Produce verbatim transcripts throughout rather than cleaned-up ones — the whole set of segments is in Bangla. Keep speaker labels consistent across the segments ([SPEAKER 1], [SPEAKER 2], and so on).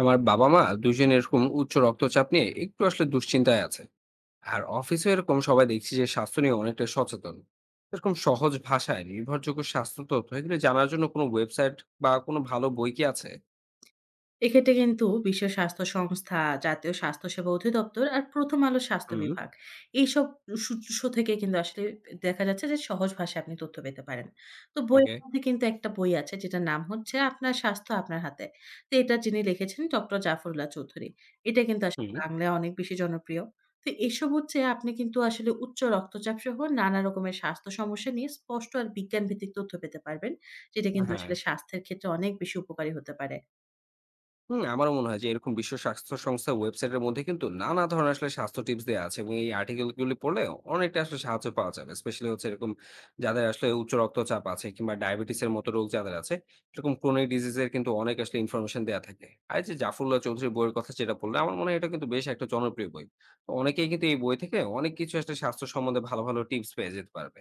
[SPEAKER 1] আমার বাবা-মা দুইজন এরকম উচ্চ রক্তচাপ নিয়ে একটু আসলে দুশ্চিন্তায় আছে। আর অফিসে এরকম সবাই দেখছি যে স্বাস্থ্য নিয়ে অনেকটা সচেতন। এরকম সহজ ভাষায় নির্ভরযোগ্য স্বাস্থ্য তথ্য এগুলো জানার জন্য কোনো ওয়েবসাইট বা কোনো ভালো বই কি আছে?
[SPEAKER 2] এক্ষেত্রে কিন্তু বিশ্ব স্বাস্থ্য সংস্থা, জাতীয় স্বাস্থ্যসেবা অধিদপ্তর আর প্রথম আলো স্বাস্থ্য
[SPEAKER 1] হুম।
[SPEAKER 2] বিভাগ এইসব সু উৎস থেকে কিন্তু আসলে দেখা যাচ্ছে যে সহজ ভাষায় আপনি তথ্য পেতে পারেন। তো বইয়ের
[SPEAKER 1] ওকে।
[SPEAKER 2] মধ্যে কিন্তু একটা বই আছে যেটার নাম হচ্ছে 'আপনার স্বাস্থ্য আপনার হাতে।' তো এটা যিনি লিখেছেন ডক্টর জাফরুল্লাহ চৌধুরী। এটা কিন্তু আসলে
[SPEAKER 1] হুম,
[SPEAKER 2] বাংলায় অনেক বেশি জনপ্রিয়। তো এসব হচ্ছে আপনি কিন্তু আসলে উচ্চ রক্তচাপ সহ নানা রকমের স্বাস্থ্য সমস্যা নিয়ে স্পষ্ট আর বিজ্ঞানভিত্তিক তথ্য পেতে পারবেন। যেটা কিন্তু
[SPEAKER 1] হ্যাঁ।
[SPEAKER 2] আসলে স্বাস্থ্যের ক্ষেত্রে অনেক বেশি উপকারী হতে পারে।
[SPEAKER 1] হুম, আমারও মনে হয় যে এরকম বিশ্ব স্বাস্থ্য সংস্থার ওয়েবসাইটের মধ্যে কিন্তু নানা ধরনের আসলে স্বাস্থ্য টিপস দেওয়া আছে এবং এই আর্টিকেল গুলি পড়লে অনেকটা আসলে সাহায্য পাওয়া যাবে স্পেশালি হচ্ছে এরকম যাদের আসলে উচ্চ রক্তচাপ আছে কিংবা ডায়াবেটিস এর মতো রোগ যাদের আছে এরকম ক্রনিক ডিজিজের কিন্তু অনেক আসলে ইনফরমেশন দেওয়া থাকে। আর এই যে জাফরুল্লাহ চৌধুরী বইয়ের কথা যেটা বললে আমার মনে হয় এটা কিন্তু বেশ একটা জনপ্রিয় বই। তো অনেকেই কিন্তু এই বই থেকে অনেক কিছু আসলে স্বাস্থ্য সম্বন্ধে ভালো ভালো টিপস পেয়ে যেতে পারবে।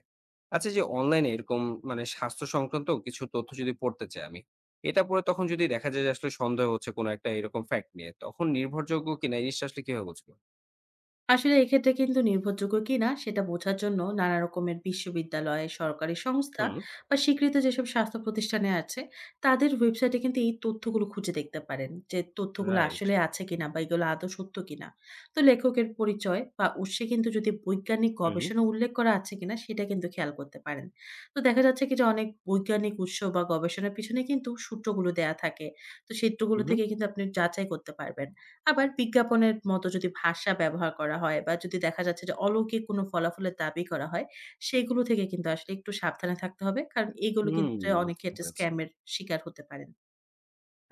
[SPEAKER 1] আচ্ছা, এই যে অনলাইনে এরকম মানে স্বাস্থ্য সংক্রান্ত কিছু তথ্য যদি পড়তে চাই আমি, এটা পরে তখন যদি দেখা যায় যে আসলে সন্দেহ হচ্ছে কোনো একটা এরকম ফ্যাক্ট নিয়ে, তখন নির্ভরযোগ্য কিনা এই জিনিসটা আসলে কিভাবে বুঝবো?
[SPEAKER 2] আসলে এক্ষেত্রে কিন্তু নির্ভরযোগ্য কিনা সেটা বোঝার জন্য নানা রকমের বিশ্ববিদ্যালয়, সরকারি সংস্থা
[SPEAKER 1] হুম,
[SPEAKER 2] বা স্বীকৃত যেসব স্বাস্থ্য প্রতিষ্ঠানে আছে তাদের ওয়েবসাইটে কিন্তু এই তথ্যগুলো খুঁজে দেখতে পারেন যে তথ্যগুলো
[SPEAKER 1] রাইট।
[SPEAKER 2] আসলে আছে কিনা বা এগুলো আদৌ সত্য কিনা। তো লেখকের পরিচয় বা উৎসে কিন্তু যদি বৈজ্ঞানিক
[SPEAKER 1] হুম,
[SPEAKER 2] গবেষণা উল্লেখ করা আছে কিনা সেটা কিন্তু খেয়াল করতে পারেন। তো দেখা যাচ্ছে কি যে অনেক বৈজ্ঞানিক উৎস বা গবেষণার পিছনে কিন্তু সূত্রগুলো দেয়া থাকে। তো
[SPEAKER 1] হু,
[SPEAKER 2] সূত্রগুলো
[SPEAKER 1] হু,
[SPEAKER 2] থেকে কিন্তু আপনি যাচাই করতে পারবেন। আবার বিজ্ঞাপনের মতো যদি ভাষা ব্যবহার করা হয় বা যদি দেখা যাচ্ছে যে অলৌকিক কোনো ফলাফলের দাবি করা হয়, সেগুলো থেকে কিন্তু আসলে একটু সাবধানে থাকতে হবে। কারণ এগুলো কিন্তু
[SPEAKER 1] হুম,
[SPEAKER 2] অনেক
[SPEAKER 1] বুঝতে
[SPEAKER 2] ক্ষেত্রে
[SPEAKER 1] পেরেছি।
[SPEAKER 2] স্ক্যাম এর শিকার হতে পারেন।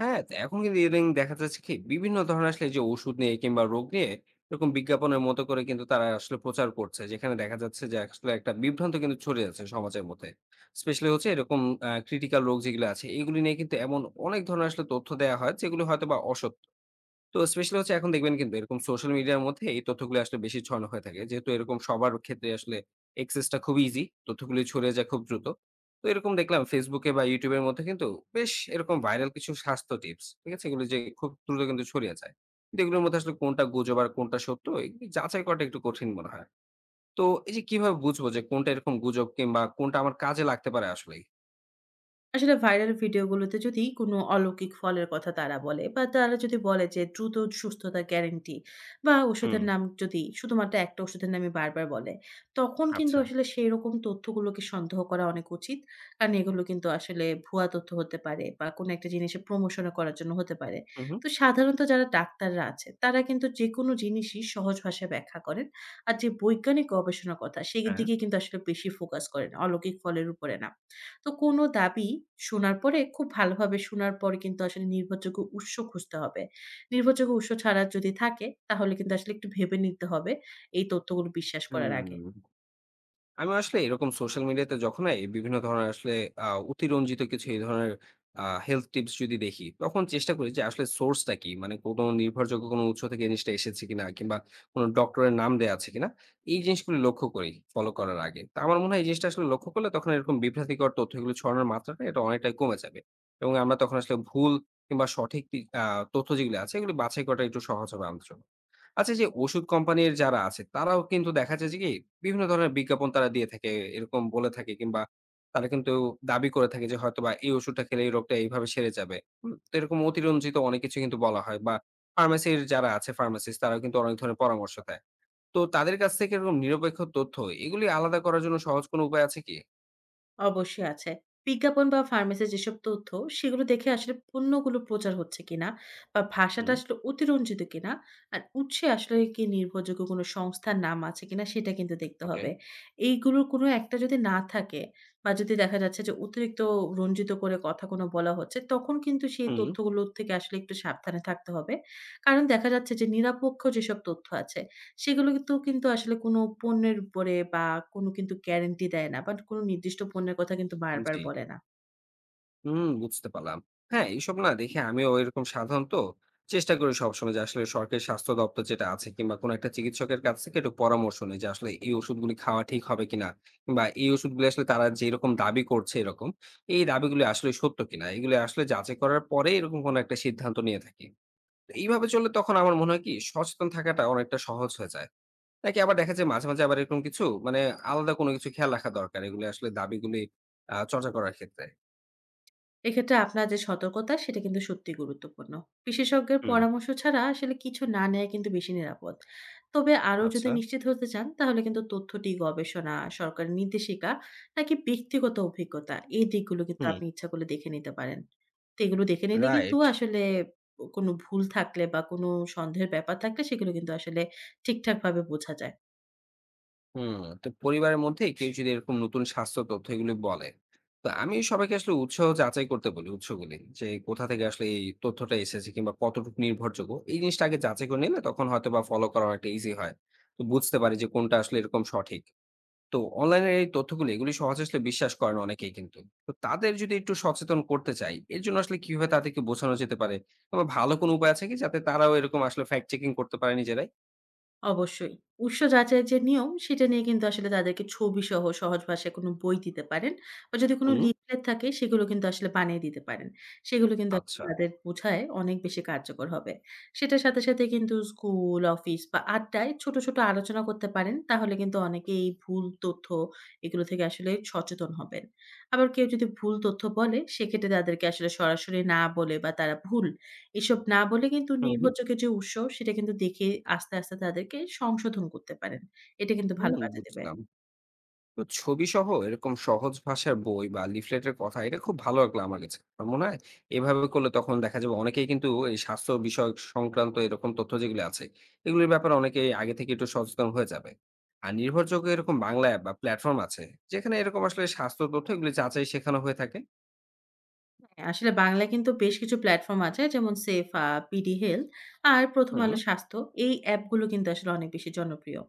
[SPEAKER 1] হ্যাঁ, তো এখন কিন্তু ইদানিং দেখা যাচ্ছে কি বিভিন্ন ধরনের আসলে এই যে ওষুধ নিয়ে কিংবা রোগ নিয়ে এরকম বিজ্ঞাপনের মতো করে কিন্তু তারা আসলে প্রচার করছে। যেখানে দেখা যাচ্ছে যে আসলে একটা বিভ্রান্ত কিন্তু ছড়িয়ে যাচ্ছে সমাজের মধ্যে। স্পেশালি হচ্ছে এরকম আ ক্রিটিক্যাল রোগ যেগুলো আছে এগুলি নিয়ে কিন্তু এমন অনেক ধরনের আসলে তথ্য দেয়া হয় যেগুলো হয়তোবা অসত্য। তো স্পেশালি হচ্ছে এখন দেখবেন কিন্তু এরকম সোশ্যাল মিডিয়ার মধ্যে এই তথ্যগুলো আসলে বেশি ছড়ানো হয়ে থাকে। যেহেতু এরকম সবার ক্ষেত্রে আসলে অ্যাক্সেসটা খুবই ইজি। তথ্যগুলো ছড়িয়ে যায় খুব দ্রুত। তো এরকম দেখলাম Facebook এ বা YouTube এর মধ্যে কিন্তু বেশ এরকম ভাইরাল কিছু স্বাস্থ্য টিপস। ঠিক আছে? এগুলো যে খুব দ্রুত কিন্তু ছড়িয়ে যায়। কিন্তু এগুলোর মধ্যে আসলে কোনটা গুজব আর কোনটা সত্য এগুলি যাচাই করাটা একটু কঠিন মনে হয়। তো এই যে কিভাবে বুঝবো যে কোনটা এরকম গুজব কিংবা কোনটা আমার কাজে লাগতে পারে আসলেই?
[SPEAKER 2] আসলে ভাইরাল ভিডিওগুলোতে যদি কোনো অলৌকিক ফলের কথা তারা বলে বা তারা যদি বলে যে দ্রুত সুস্থতা গ্যারেন্টি বা
[SPEAKER 1] হুম,
[SPEAKER 2] ওষুধের নাম যদি শুধুমাত্র একটা ওষুধের নামই বারবার বলে, তখন কিন্তু
[SPEAKER 1] আচ্ছা।
[SPEAKER 2] আসলে সেই রকম তথ্যগুলোকে সন্দেহ করা অনেক উচিত। কারণ এগুলো কিন্তু আসলে ভুয়া তথ্য হতে পারে বা কোনো একটা জিনিসের প্রমোশন করার জন্য হতে পারে।
[SPEAKER 1] হু, হু।
[SPEAKER 2] তো সাধারণত যারা ডাক্তাররা আছে তারা কিন্তু যে কোনো জিনিসই সহজ ভাষায় ব্যাখ্যা করেন, আর যে বৈজ্ঞানিক গবেষণার কথা সেই
[SPEAKER 1] হ্যাঁ।
[SPEAKER 2] দিকে কিন্তু আসলে বেশি ফোকাস করেন, অলৌকিক ফলের উপরে না। তো কোনো দাবি শোনার পরে, খুব ভালোভাবে শোনার পরে কিন্তু আসলে নির্ভরযোগ্য উৎস খুঁজতে হবে। নির্ভরযোগ্য উৎস ছাড়া যদি থাকে তাহলে কিন্তু আসলে একটু ভেবে নিতে হবে এই তথ্যগুলো বিশ্বাস করার আগে।
[SPEAKER 1] হুম। আমি আসলে এরকম সোশ্যাল মিডিয়াতে যখন এই বিভিন্ন ধরনের আসলে আ অতিরঞ্জিত কিছু এই ধরনের আ হেলথ টিপস যদি দেখি, তখন চেষ্টা করি যে আসলে সোর্সটা কি? মানে কোন নির্ভরযোগ্য কোন উৎস থেকে জিনিসটা এসেছে কিনা কিংবা কোন ডক্টরের নাম দেয়া আছে কিনা? এই জিনিসগুলো লক্ষ্য করি ফলো করার আগে। তো আমার মনে হয় এই জিনিসটা আসলে লক্ষ্য করলে তখন এরকম বিভ্রান্তিকর তথ্যগুলো ছড়ানোর মাত্রাটা এটা অনেকটাই কমে যাবে। এবং আমরা তখন আসলে ভুল কিংবা সঠিক তি আ তথ্য যেগুলো আছে এগুলো বাছাই করাটা একটু সহজ হবে আমাদের জন্য। আচ্ছা, এই যে ওষুধ কোম্পানির যারা আছে তারাও কিন্তু দেখা যায় যে কি বিভিন্ন ধরনের বিজ্ঞাপন তারা দিয়ে থাকে, এরকম বলে থাকে কিংবা তারা কিন্তু দাবি করে থাকে যে হয়তোবা এই ওষুধটা খেলে এই রোগটা এইভাবে সেরে যাবে। হুম, তো এরকম অতিরঞ্জিত অনেক কিছু কিন্তু বলা হয় বা ফার্মেসির যারা আছে ফার্মাসিস্ট তারাও কিন্তু অনেক ধরনের পরামর্শ দেয়। তো তাদের কাছ থেকে এরকম নিরপেক্ষ তথ্য এগুলি আলাদা করার জন্য সহজ কোনো উপায় আছে কি?
[SPEAKER 2] অবশ্যই আছে। বিজ্ঞাপন বা ফার্মেসির যেসব তথ্য, সেগুলো দেখে আসলে পণ্যগুলো প্রচার হচ্ছে কিনা বা ভাষাটা
[SPEAKER 1] হুম।
[SPEAKER 2] আসলে অতিরঞ্জিত কিনা আর উৎসে আসলে কি নির্ভরযোগ্য কোনো সংস্থার নাম আছে কিনা সেটা কিন্তু দেখতে
[SPEAKER 1] ওকে।
[SPEAKER 2] হবে। এইগুলোর কোনো একটা যদি না থাকে বা যদি দেখা যাচ্ছে যে অতিরিক্ত রঞ্জিত করে কথা কোনো বলা হচ্ছে, তখন কিন্তু সেই
[SPEAKER 1] হুম।
[SPEAKER 2] তথ্যগুলো থেকে আসলে একটু সাবধানে থাকতে হবে। কারণ দেখা যাচ্ছে যে নিরপেক্ষ যেসব তথ্য আছে সেগুলো কিন্তু কিন্তু আসলে কোনো পণ্যের উপরে বা কোনো কিন্তু গ্যারান্টি দেয় না, বাট কোনো নির্দিষ্ট পণ্যের কথা কিন্তু বারবার
[SPEAKER 1] জি।
[SPEAKER 2] বলে না।
[SPEAKER 1] হুম, বুঝতে পারলাম। হ্যাঁ, এইসব না দেখে আমিও এরকম সাধারণত চেষ্টা করি সবসময় যে আসলে সরকারি স্বাস্থ্য দপ্তর যেটা আছে কিংবা কোনো একটা চিকিৎসকের কাছ থেকে একটু পরামর্শ নেই যে আসলে এই ওষুধগুলি খাওয়া ঠিক হবে কিনা কিংবা এই ওষুধগুলি আসলে তারা যেরকম দাবি করছে এরকম, এই দাবিগুলি আসলে সত্য কিনা। এগুলি আসলে যাচাই করার পরে এরকম কোনো একটা সিদ্ধান্ত নিয়ে থাকি। তো এইভাবে চললে তখন আমার মনে হয় কি সচেতন থাকাটা অনেকটা সহজ হয়ে যায়। নাকি আবার দেখা যায় মাঝে, মাঝে আবার এরকম কিছু মানে আলাদা কোনো কিছু খেয়াল রাখা দরকার এগুলি আসলে দাবিগুলি আ চর্চা করার ক্ষেত্রে?
[SPEAKER 2] এক্ষেত্রে আপনার যে সতর্কতা সেটা কিন্তু সত্যিই গুরুত্বপূর্ণ। বিশেষজ্ঞের
[SPEAKER 1] হুম,
[SPEAKER 2] পরামর্শ ছাড়া আসলে কিছু না নেয়া কিন্তু বেশি নিরাপদ। তবে আরো যদি
[SPEAKER 1] আচ্ছা।
[SPEAKER 2] নিশ্চিত হতে চান তাহলে কিন্তু তথ্যটি গবেষণা, সরকারি নির্দেশিকা নাকি ব্যক্তিগত অভিজ্ঞতা এই দিকগুলো কিন্তু
[SPEAKER 1] হুম,
[SPEAKER 2] আপনি ইচ্ছা করলে দেখে নিতে পারেন। তো এগুলো দেখে নিলে কিন্তু
[SPEAKER 1] রাইট।
[SPEAKER 2] আসলে কোনো ভুল থাকলে বা কোনো সন্দেহের ব্যাপার থাকলে সেগুলো কিন্তু আসলে ঠিকঠাকভাবে বোঝা যায়।
[SPEAKER 1] হুম, তো পরিবারের মধ্যে কেউ যদি এরকম নতুন স্বাস্থ্য তথ্য এগুলো বলে, তো আমি সবাইকে আসলে উৎসাহ যাচাই করতে বলি উৎসগুলি। যে কোথা থেকে আসলে এই তথ্যটা এসেছে কিংবা কতটুকু নির্ভরযোগ্য। এই জিনিসটা আগে যাচাই করে নিলে তখন হয়তোবা ফলো করা অনেকটা ইজি হয়। তো বুঝতে পারি যে কোনটা আসলে এরকম সঠিক। তো অনলাইনের এই তথ্যগুলি এগুলি সহজে আসলে বিশ্বাস করে না অনেকেই কিন্তু। তো তাদের যদি একটু সচেতন করতে চাই, এর জন্য আসলে কিভাবে তাদেরকে বোঝানো যেতে পারে? কিংবা ভালো কোনো উপায় আছে কি যাতে তারাও এরকম আসলে ফ্যাক্ট চেকিং করতে পারে নিজেরাই?
[SPEAKER 2] অবশ্যই। উৎস যাচাইয়ের যে নিয়ম, সেটা নিয়ে কিন্তু আসলে তাদেরকে ছবিসহ সহজ ভাষায় কোনো বই দিতে পারেন। বা যদি কোনো
[SPEAKER 1] হুম।
[SPEAKER 2] লিফলেট থাকে, সেগুলো কিন্তু আসলে বানিয়ে দিতে পারেন। সেগুলো কিন্তু আসলে
[SPEAKER 1] আচ্ছা।
[SPEAKER 2] তাদের বোঝায় অনেক বেশি কার্যকর হবে। সেটার সাথে সাথে কিন্তু স্কুল, অফিস বা আড্ডায় ছোট ছোট আলোচনা করতে পারেন। তাহলে কিন্তু অনেকেই ভুল তথ্য, এগুলো থেকে আসলে সচেতন হবেন। আবার কেউ যদি ভুল তথ্য বলে, সেক্ষেত্রে তাদেরকে আসলে সরাসরি না বলে বা তারা ভুল এসব না বলে কিন্তু
[SPEAKER 1] হুম, হুম।
[SPEAKER 2] নির্ভরযোগ্য যে উৎস সেটা কিন্তু দেখে আস্তে আস্তে তাদেরকে সংশোধন করতে পারেন। এটা কিন্তু ভালো
[SPEAKER 1] হুম,
[SPEAKER 2] কাজে দেবে।
[SPEAKER 1] বুঝলাম। তো ছবিসহ এরকম সহজ ভাষার বই বা লিফলেটের কথা এটা খুব ভালো লাগলো আমার কাছে। আমার মনে হয় এভাবে করলে তখন দেখা যাবে অনেকেই কিন্তু এই স্বাস্থ্য বিষয়ক সংক্রান্ত এরকম তথ্য যেগুলো আছে, এগুলোর ব্যাপারে অনেকেই আগে থেকে একটু সচেতন হয়ে যাবে। আর নির্ভরযোগ্য এরকম বাংলা অ্যাপ বা প্ল্যাটফর্ম আছে, যেখানে এরকম আসলে স্বাস্থ্য তথ্য এগুলো যাচাই শেখানো হয়ে থাকে।
[SPEAKER 2] হ্যাঁ, আসলে বাংলায় কিন্তু বেশ কিছু প্ল্যাটফর্ম আছে যেমন সেফা, বিডি হেলথ আর প্রথম
[SPEAKER 1] হুম,
[SPEAKER 2] আলো স্বাস্থ্য। এই অ্যাপগুলো কিন্তু আসলে অনেক বেশি জনপ্রিয়।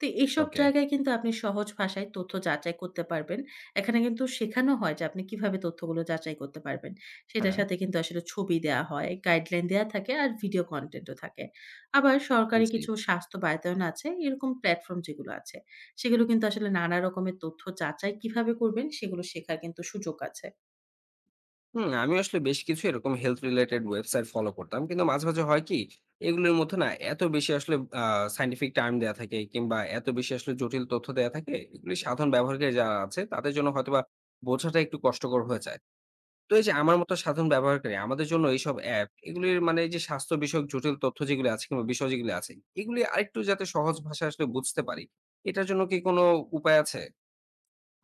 [SPEAKER 2] তো এইসব
[SPEAKER 1] ওকে।
[SPEAKER 2] জায়গায় কিন্তু আপনি সহজ ভাষায় তথ্য যাচাই করতে পারবেন। এখানে কিন্তু শেখানো হয় যে আপনি কিভাবে তথ্যগুলো যাচাই করতে পারবেন। সেটার
[SPEAKER 1] হ্যাঁ,
[SPEAKER 2] সাথে কিন্তু আসলে ছবি দেয়া হয়, গাইডলাইন দেয়া থাকে আর ভিডিও কনটেন্টও থাকে। আবার সরকারি
[SPEAKER 1] জি।
[SPEAKER 2] কিছু স্বাস্থ্য বাতায়ন আছে, এরকম প্ল্যাটফর্ম যেগুলো আছে, সেগুলো কিন্তু আসলে নানা রকমের তথ্য যাচাই কিভাবে করবেন সেগুলো শেখার কিন্তু সুযোগ আছে।
[SPEAKER 1] হুম, আমি আসলে বেশ কিছু এরকম হেলথ রিলেটেড ওয়েবসাইট ফলো করতাম। কিন্তু মাঝে, মাঝে হয় কি? এগুলোর মধ্যে না এত বেশি আসলে আ সায়েন্টিফিক টার্ম দেয়া থাকে কিংবা এত বেশি আসলে জটিল তথ্য দেয়া থাকে, এগুলি সাধারণ ব্যবহারকারী যারা আছে তাদের জন্য হয়তোবা বোঝাটা একটু কষ্টকর হয়ে যায়। তো এই যে আমার মতো সাধারণ ব্যবহারকারী আমাদের জন্য এইসব অ্যাপ এগুলির মানে এই যে স্বাস্থ্য বিষয়ক জটিল তথ্য যেগুলি আছে কিংবা বিষয় যেগুলি আছে, এগুলি আরেকটু যাতে সহজ ভাষায় আসলে বুঝতে পারি, এটার জন্য কি কোনো উপায় আছে?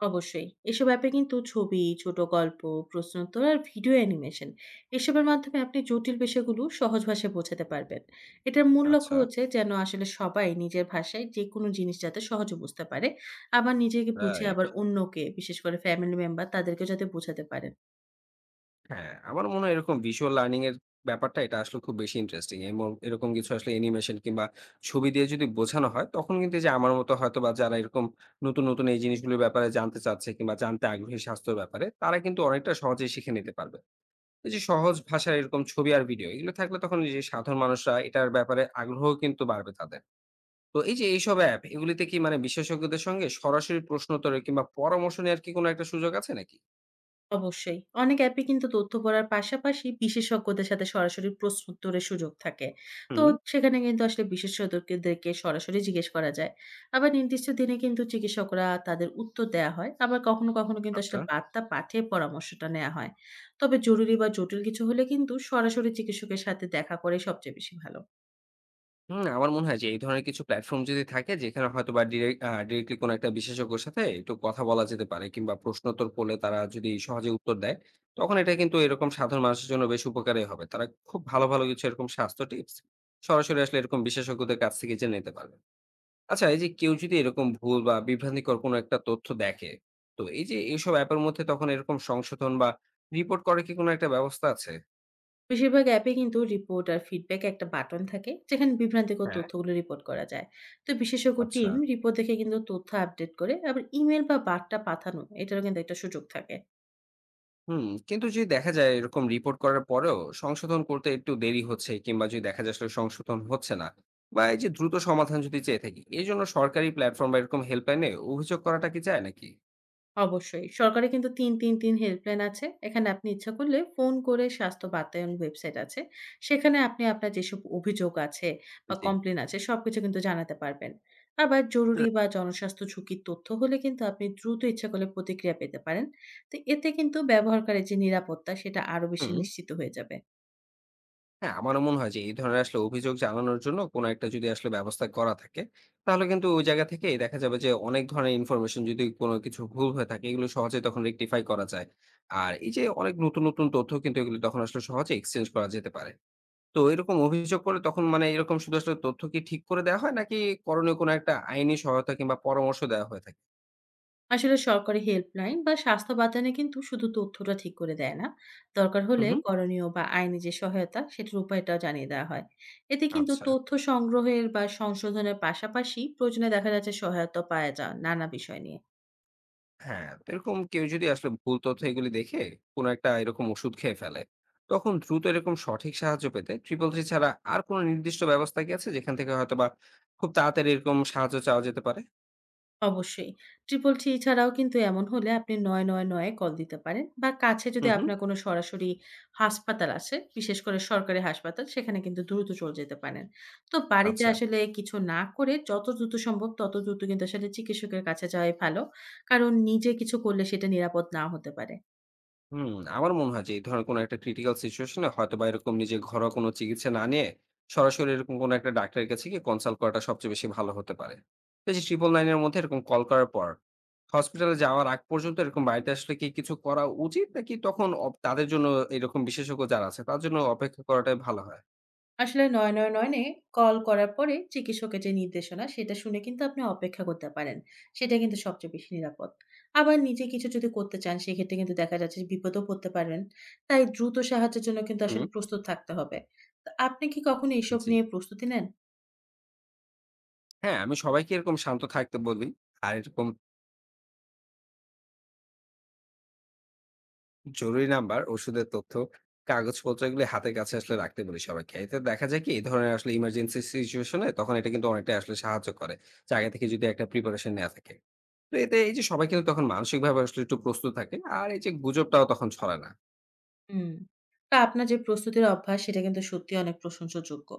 [SPEAKER 2] অবশ্যই। এসব অ্যাপে কিন্তু ছবি, ছোট গল্প, প্রশ্ন উত্তর আর ভিডিও অ্যানিমেশন এসবের মাধ্যমে আপনি জটিল বিষয়গুলো সহজ ভাষায় বোঝাতে পারবেন। এটার মূল লক্ষ্য
[SPEAKER 1] আচ্ছা,
[SPEAKER 2] হচ্ছে যেন আসলে সবাই নিজের ভাষায় যেকোনো জিনিস যাতে সহজে বুঝতে পারে। আবার নিজেকে বুঝে
[SPEAKER 1] রাইট।
[SPEAKER 2] আবার অন্যকে, বিশেষ করে ফ্যামিলি মেম্বার তাদেরকেও যাতে বোঝাতে পারে।
[SPEAKER 1] হ্যাঁ, আমারও মনে হয় এরকম visual learning এর ব্যাপারটা এটা আসলে খুব বেশি ইন্টারেস্টিং। এমন এরকম কিছু আসলে অ্যানিমেশন কিংবা ছবি দিয়ে যদি বোঝানো হয়, তখন কিন্তু এই যে আমার মতো হয়তোবা যারা এরকম নতুন, নতুন এই জিনিসগুলোর ব্যাপারে জানতে চাচ্ছে কিংবা জানতে আগ্রহী স্বাস্থ্যের ব্যাপারে, তারা কিন্তু অনেকটা সহজেই শিখে নিতে পারবে। এই যে সহজ ভাষায় এরকম ছবি আর ভিডিও এগুলো থাকলে তখন এই যে সাধারণ মানুষরা এটার ব্যাপারে আগ্রহ কিন্তু বাড়বে তাদের। তো এই যে এইসব অ্যাপ এগুলিতে কি মানে বিশেষজ্ঞদের সঙ্গে সরাসরি প্রশ্ন উত্তরে কিংবা পরামর্শ নেওয়ার কি কোনো একটা সুযোগ আছে নাকি?
[SPEAKER 2] অবশ্যই। অনেক অ্যাপে কিন্তু তথ্য পড়ার পাশাপাশি বিশেষজ্ঞদের সাথে সরাসরি প্রশ্ন উত্তরের সুযোগ থাকে। তো
[SPEAKER 1] হুম,
[SPEAKER 2] সেখানে কিন্তু আসলে বিশেষজ্ঞদেরকে সরাসরি জিজ্ঞেস করা যায়। আবার নির্দিষ্ট দিনে কিন্তু চিকিৎসকরা তাদের উত্তর দেয়া হয়। আবার কখনো কখনো কিন্তু আসলে
[SPEAKER 1] আচ্ছা।
[SPEAKER 2] বার্তা পাঠিয়ে পরামর্শটা নেয়া হয়। তবে জরুরি বা জটিল কিছু হলে কিন্তু সরাসরি চিকিৎসকের সাথে দেখা করাই সবচেয়ে বেশি ভালো।
[SPEAKER 1] হুম, আমার মনে হয় যে এই ধরনের কিছু প্ল্যাটফর্ম যদি থাকে যেখানে হয়তোবা ডিরেক্ট আ ডিরেক্টলি কোনো একটা বিশেষজ্ঞের সাথে একটু কথা বলা যেতে পারে কিংবা প্রশ্নোত্তর করলে তারা যদি সহজে উত্তর দেয়, তখন এটা কিন্তু এরকম সাধারণ মানুষের জন্য বেশ উপকারী হবে। তারা খুব ভালো, ভালো কিছু এরকম স্বাস্থ্য টিপস সরাসরি আসলে এরকম বিশেষজ্ঞদের কাছ থেকে জেনে নিতে পারবে। আচ্ছা, এই যে কেউ যদি এরকম ভুল বা বিভ্রান্তিকর কোনো একটা তথ্য দেখে, তো এই যে এইসব অ্যাপের মধ্যে তখন এরকম সংশোধন বা রিপোর্ট করার কি কোনো একটা ব্যবস্থা আছে?
[SPEAKER 2] বেশিরভাগ অ্যাপে কিন্তু রিপোর্ট আর ফিডব্যাক একটা বাটন থাকে যেখানে বিভ্রান্তিকর
[SPEAKER 1] হ্যাঁ।
[SPEAKER 2] তথ্যগুলো রিপোর্ট করা যায়। তো বিশেষজ্ঞ
[SPEAKER 1] আচ্ছা।
[SPEAKER 2] টিম রিপোর্ট দেখে কিন্তু তথ্য আপডেট করে, আবার ইমেল বা বার্তা পাঠানো এটারও কিন্তু একটা সুযোগ থাকে।
[SPEAKER 1] হুম, কিন্তু যদি দেখা যায় এরকম রিপোর্ট করার পরেও সংশোধন করতে একটু দেরি হচ্ছে কিংবা যদি দেখা যায় আসলে সংশোধন হচ্ছে না বা এই যে দ্রুত সমাধান যদি চেয়ে থাকি এই জন্য সরকারি প্ল্যাটফর্ম বা এরকম হেল্পলাইনে অভিযোগ করাটা কি যায় নাকি?
[SPEAKER 2] অবশ্যই। সরকারি কিন্তু তিন তিন তিন হেল্পলাইন আছে। এখানে আপনি ইচ্ছা করলে ফোন করে স্বাস্থ্য বাতায়ন ওয়েবসাইট আছে। সেখানে আপনি আপনার যেসব অভিযোগ আছে বা
[SPEAKER 1] জি।
[SPEAKER 2] কমপ্লেইন আছে সবকিছু কিন্তু জানাতে পারবেন। আবার জরুরি বা জনস্বাস্থ্য ঝুঁকির তথ্য হলে কিন্তু আপনি দ্রুত ইচ্ছা করলে প্রতিক্রিয়া পেতে পারেন। তো এতে কিন্তু ব্যবহারকারীর যে নিরাপত্তা সেটা আরো বেশি
[SPEAKER 1] হুম।
[SPEAKER 2] নিশ্চিত হয়ে যাবে।
[SPEAKER 1] হ্যাঁ, আমারও মনে হয় যে এই ধরনের আসলে অভিযোগ জানানোর জন্য কোনো একটা যদি আসলে ব্যবস্থা করা থাকে তাহলে কিন্তু ওই জায়গা থেকে দেখা যাবে যে অনেক ধরনের ইনফরমেশন যদি কোনো কিছু ভুল হয়ে থাকে এগুলো সহজে তখন রেকটিফাই করা যায়। আর এই যে অনেক নতুন নতুন তথ্য কিন্তু এগুলো তখন আসলে সহজে এক্সচেঞ্জ করা যেতে পারে। তো এরকম অভিযোগ করলে তখন মানে এরকম শুধু আসলে তথ্য কি ঠিক করে দেয়া হয়? নাকি করণীয় কোনো একটা আইনি সহায়তা কিংবা পরামর্শ দেওয়া হয়ে থাকে?
[SPEAKER 2] আসলে সরকারি হেল্পলাইন বা স্বাস্থ্য বাতায়নে কিন্তু শুধু তথ্যটা ঠিক করে দেয় না, দরকার
[SPEAKER 1] হুম,
[SPEAKER 2] হলে
[SPEAKER 1] হুম।
[SPEAKER 2] করণীয় বা আইনি যে সহায়তা সেটার উপায়টাও জানিয়ে দেওয়া হয়। এতে কিন্তু
[SPEAKER 1] আচ্ছা।
[SPEAKER 2] তথ্য সংগ্রহের বা সংশোধনের পাশাপাশি প্রয়োজনে দেখা যাচ্ছে সহায়তা পাওয়া যায় নানা বিষয় নিয়ে।
[SPEAKER 1] হ্যাঁ, তো এরকম কেউ যদি আসলে ভুল তথ্য এগুলি দেখে কোনো একটা এরকম ওষুধ খেয়ে ফেলে, তখন দ্রুত এরকম সঠিক সাহায্য পেতে ট্রিপল থ্রি ছাড়া আর কোনো নির্দিষ্ট ব্যবস্থা কি আছে যেখান থেকে হয়তোবা খুব তাড়াতাড়ি এরকম সাহায্য চাওয়া যেতে পারে?
[SPEAKER 2] অবশ্যই। ট্রিপল থ্রি ছাড়াও কিন্তু এমন হলে আপনি নয়শো নিরানব্বই এ কল দিতে পারেন, বা কাছে যদি
[SPEAKER 1] হুম, হুম।
[SPEAKER 2] আপনার কোনো সরাসরি হাসপাতাল আছে, বিশেষ করে সরকারি হাসপাতাল, সেখানে কিন্তু দ্রুত চলে যেতে পারেন। তো বাড়িতে
[SPEAKER 1] আচ্ছা।
[SPEAKER 2] আসলে কিছু না করে যত দ্রুত সম্ভব তত দ্রুত কিন্তু আসলে চিকিৎসকের কাছে যাওয়াই ভালো। কারণ নিজে কিছু করলে সেটা নিরাপদ নাও হতে পারে।
[SPEAKER 1] হুম, আমার মনে হয় যে এই ধরনের কোনো একটা ক্রিটিক্যাল সিচুয়েশন এ হয়তোবা এরকম নিজের ঘরোয়া কোনো চিকিৎসা না নিয়ে সরাসরি এরকম কোনো একটা ডাক্তারের কাছে গিয়ে কনসাল্ট করাটা সবচেয়ে বেশি ভালো হতে পারে। তো এই যে নয়শো নিরানব্বই এর মধ্যে এরকম কল করার পর হসপিটালে যাওয়ার আগ পর্যন্ত এরকম বাড়িতে আসলে কি কিছু করা উচিত? নাকি তখন অপ তাদের জন্য এরকম বিশেষজ্ঞ যারা আছে তার জন্য অপেক্ষা করাটাই ভালো হয়?
[SPEAKER 2] আসলে নয়শো নিরানব্বই এ কল করার পরে চিকিৎসকের যে নির্দেশনা, সেটা শুনে কিন্তু আপনি অপেক্ষা করতে পারেন। সেটা কিন্তু সবচেয়ে বেশি নিরাপদ। আবার নিজে কিছু যদি করতে চান, সেক্ষেত্রে কিন্তু দেখা যাচ্ছে যে বিপদেও পড়তে পারেন। তাই দ্রুত সাহায্যের জন্য কিন্তু আসলে
[SPEAKER 1] হুম।
[SPEAKER 2] প্রস্তুত থাকতে হবে। তো আপনি কি কখনো এসব
[SPEAKER 1] জি।
[SPEAKER 2] নিয়ে প্রস্তুতি নেন?
[SPEAKER 1] হ্যাঁ, আমি সবাইকে এরকম শান্ত থাকতে বলি। আর এরকম জরুরি নাম্বার, ওষুধের তথ্য, কাগজপত্র এগুলি হাতের কাছে আসলে রাখতে বলি সবাইকে। এতে দেখা যায় কি এই ধরনের আসলে ইমার্জেন্সি সিচুয়েশন এ তখন এটা কিন্তু অনেকটাই আসলে সাহায্য করে। যে আগে থেকে যদি একটা প্রিপারেশন নেয়া থাকে। তো এতে এই যে সবাই কিন্তু তখন মানসিকভাবে আসলে একটু প্রস্তুত থাকে। আর এই যে গুজবটাও তখন ছড়ায় না।
[SPEAKER 2] হুম। তো আপনার যে প্রস্তুতির অভ্যাস সেটা কিন্তু সত্যিই অনেক প্রশংসাযোগ্য।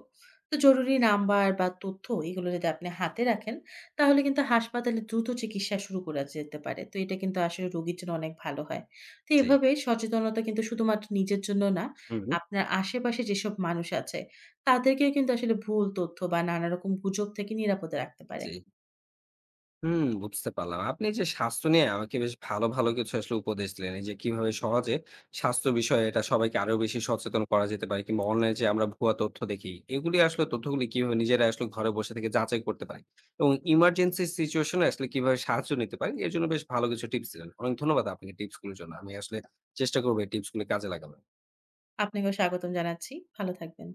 [SPEAKER 2] তো জরুরি নাম্বার বা তথ্য এগুলো যদি আপনি হাতে রাখেন, তাহলে কিন্তু হাসপাতালে দ্রুত চিকিৎসা শুরু করা যেতে পারে। তো এটা কিন্তু আসলে রোগীর জন্য অনেক ভালো হয়। তো
[SPEAKER 1] জি,
[SPEAKER 2] এভাবে সচেতনতা কিন্তু শুধুমাত্র নিজের জন্য না,
[SPEAKER 1] হুম।
[SPEAKER 2] আপনার আশেপাশে যেসব মানুষ আছে তাদেরকেও কিন্তু আসলে ভুল তথ্য বা নানা রকম গুজব থেকে নিরাপদে রাখতে পারে।
[SPEAKER 1] জি। হুম, বুঝতে পারলাম। আপনি যে স্বাস্থ্য নিয়ে আমাকে বেশ ভালো, ভালো কিছু আসলে উপদেশ দিলেন। এই যে কিভাবে সহজে স্বাস্থ্য বিষয়ে এটা সবাইকে আরো বেশি সচেতন করা যেতে পারে কিংবা অনলাইনে যে আমরা ভুয়া তথ্য দেখি, এগুলি আসলে তথ্যগুলি কিভাবে নিজেরা আসলে ঘরে বসে থেকে যাচাই করতে পারি এবং ইমার্জেন্সি সিচুয়েশন এ আসলে কিভাবে সাহায্য নিতে পারি, এর জন্য বেশ ভালো কিছু টিপস দিলেন। অনেক ধন্যবাদ আপনাকে টিপস গুলোর জন্য। আমি আসলে চেষ্টা করব এই টিপস গুলি কাজে লাগানোর।
[SPEAKER 2] আপনাকেও স্বাগতম জানাচ্ছি। ভালো থাকবেন।